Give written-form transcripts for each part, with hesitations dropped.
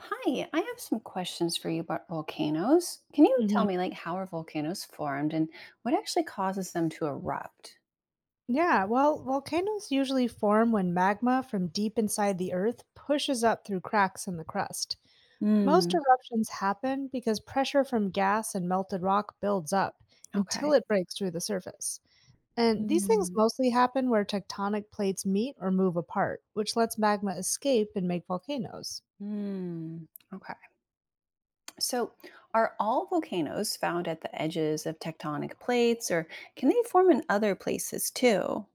Hi, I have some questions for you about volcanoes. Can you tell Mhm. me, how are volcanoes formed and what actually causes them to erupt? Yeah, well, volcanoes usually form when magma from deep inside the earth pushes up through cracks in the crust. Most Mm, eruptions happen because pressure from gas and melted rock builds up until okay. it breaks through the surface. And these things Mm, mostly happen where tectonic plates meet or move apart, which lets magma escape and make volcanoes. mm, okay. So, are all volcanoes found at the edges of tectonic plates or can they form in other places too?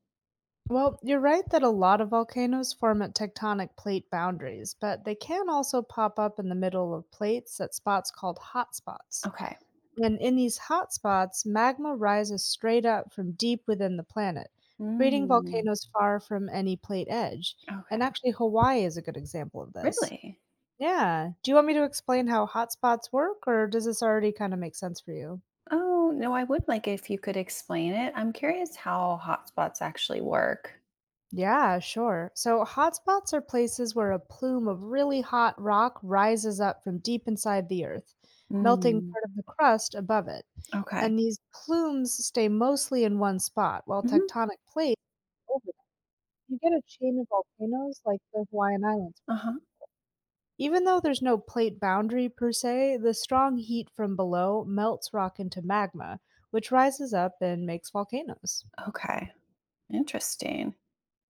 Well, you're right that a lot of volcanoes form at tectonic plate boundaries, but they can also pop up in the middle of plates at spots called hotspots. Okay. And in these hotspots, magma rises straight up from deep within the planet, creating Mm, volcanoes far from any plate edge. okay. And actually, Hawaii is a good example of this. Really? Yeah. Do you want me to explain how hotspots work, or does this already kind of make sense for you? Oh, no, I would like if you could explain it. I'm curious how hotspots actually work. Yeah, sure. So, hotspots are places where a plume of really hot rock rises up from deep inside the Earth, melting Mm, part of the crust above it. okay. And these plumes stay mostly in one spot, while tectonic plates you get a chain of volcanoes like the Hawaiian Islands. Uh-huh. Even though there's no plate boundary per se, the strong heat from below melts rock into magma, which rises up and makes volcanoes. Okay. Interesting.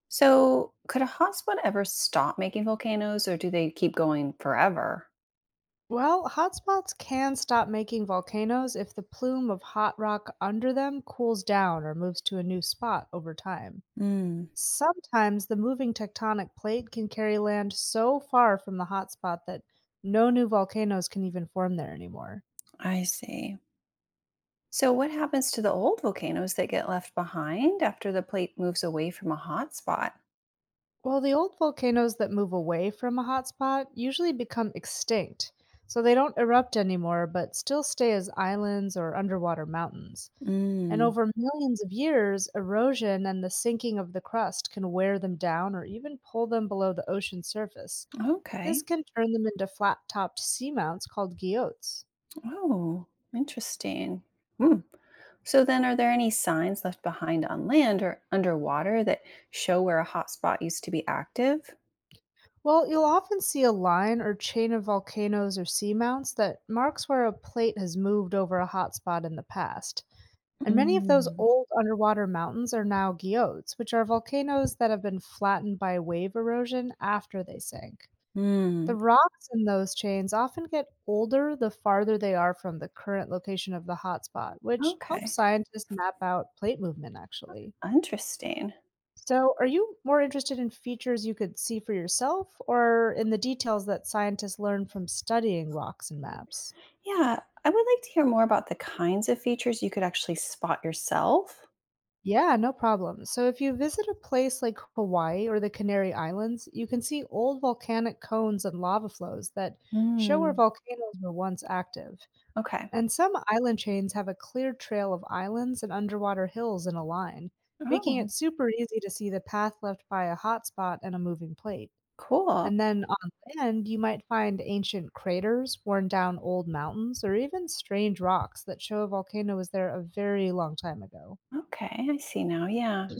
So, could a hotspot ever stop making volcanoes or do they keep going forever? Well, hotspots can stop making volcanoes if the plume of hot rock under them cools down or moves to a new spot over time. Mm, Sometimes the moving tectonic plate can carry land so far from the hotspot that no new volcanoes can even form there anymore. I see. So, what happens to the old volcanoes that get left behind after the plate moves away from a hotspot? Well, the old volcanoes that move away from a hotspot usually become extinct, so they don't erupt anymore but still stay as islands or underwater mountains. And Mm. over millions of years, erosion and the sinking of the crust can wear them down or even pull them below the ocean surface. This Okay. can turn them into flat topped seamounts called guillotes. Oh, interesting. Hmm. So, then are there any signs left behind on land or underwater that show where a hotspot used to be active? Well, you'll often see a line or chain of volcanoes or seamounts that marks where a plate has moved over a hotspot in the past. And many of those Mm. old underwater mountains are now geodes, which are volcanoes that have been flattened by wave erosion after they sank. Mm. The rocks in those chains often get older the farther they are from the current location of the hotspot, which helps Okay. scientists map out plate movement actually. Interesting. So, are you more interested in features you could see for yourself or in the details that scientists learn from studying rocks and maps? Yeah, I would like to hear more about the kinds of features you could actually spot yourself. Yeah, no problem. So, if you visit a place like Hawaii or the Canary Islands, you can see old volcanic cones and lava flows that show where Mm. volcanoes were once active. Okay. And some island chains have a clear trail of islands and underwater hills in a line, making Oh, it super easy to see the path left by a hot spot and a moving plate. cool. And then on land, you might find ancient craters, worn down old mountains, or even strange rocks that show a volcano was there a very long time ago. Okay, I see now. Yeah.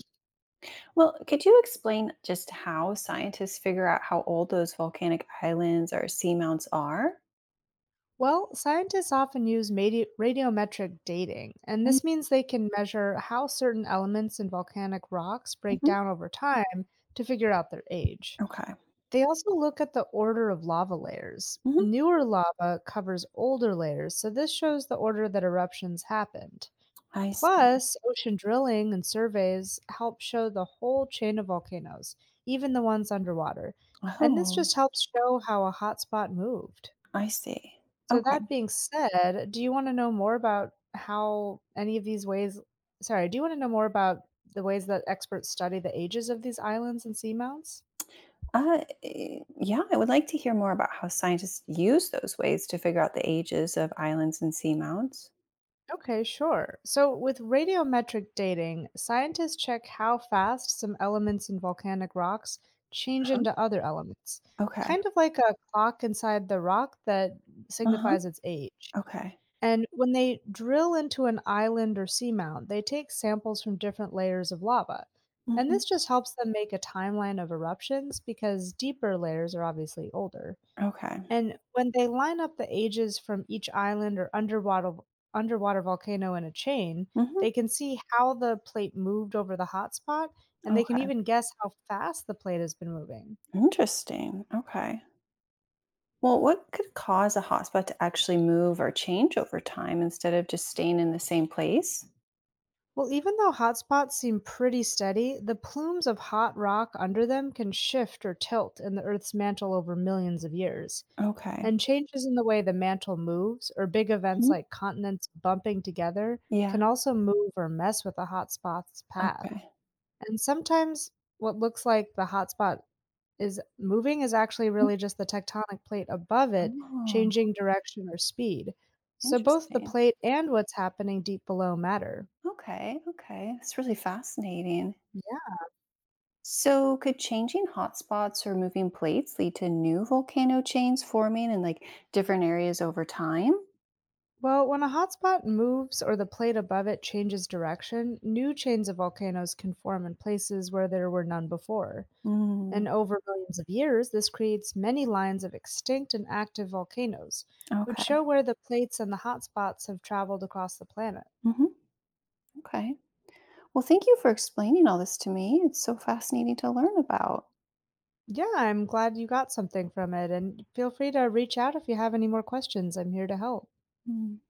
Well, could you explain just how scientists figure out how old those volcanic islands or seamounts are? Well, scientists often use radiometric dating, and this means they can measure how certain elements in volcanic rocks break Mm-hmm. down over time to figure out their age. Okay. They also look at the order of lava layers. Hmm. Newer lava covers older layers, so this shows the order that eruptions happened. I see. Plus, ocean drilling and surveys help show the whole chain of volcanoes, even the ones underwater. And this Oh, just helps show how a hotspot moved. I see. So that Okay. being said, do you want to know more about how any of these ways sorry, do you want to know more about the ways that experts study the ages of these islands and seamounts? Yeah, I would like to hear more about how scientists use those ways to figure out the ages of islands and seamounts. Okay, sure. So, with radiometric dating, scientists check how fast some elements in volcanic rocks change Uh-huh. into other elements, Okay. kind of like a clock inside the rock that Uh-huh. signifies its age. Okay. And when they drill into an island or seamount, they take samples from different layers of lava. And Mhm. this just helps them make a timeline of eruptions because deeper layers are obviously older. Okay. And when they line up the ages from each island or underwater volcano in a chain, Mhm. they can see how the plate moved over the hotspot and they can Okay. even guess how fast the plate has been moving. Interesting. Okay. Well, what could cause a hotspot to actually move or change over time instead of just staying in the same place? Well, even though hotspots seem pretty steady, the plumes of hot rock under them can shift or tilt in the Earth's mantle over millions of years. Okay. And changes in the way the mantle moves, or big events Mhm. like continents bumping together, Yeah. can also move or mess with a hotspot's path. Okay. And sometimes what looks like the hotspot is moving is actually Mm. really just the tectonic plate above it Oh, changing direction or speed. So both the interesting. plate and what's happening deep below matter. Okay. Okay. It's really fascinating. Yeah. So, could changing hotspots or moving plates lead to new volcano chains forming in different areas over time? Well, when a hotspot moves or the plate above it changes direction, new chains of volcanoes can form in places where there were none before. Mm, And over millions of years, this creates many lines of extinct and active volcanoes, which okay. show where the plates and the hotspots have traveled across the planet. Mhm. Okay. Well, thank you for explaining all this to me. It's so fascinating to learn about. Yeah, I'm glad you got something from it, and feel free to reach out if you have any more questions. I'm here to help. Mm.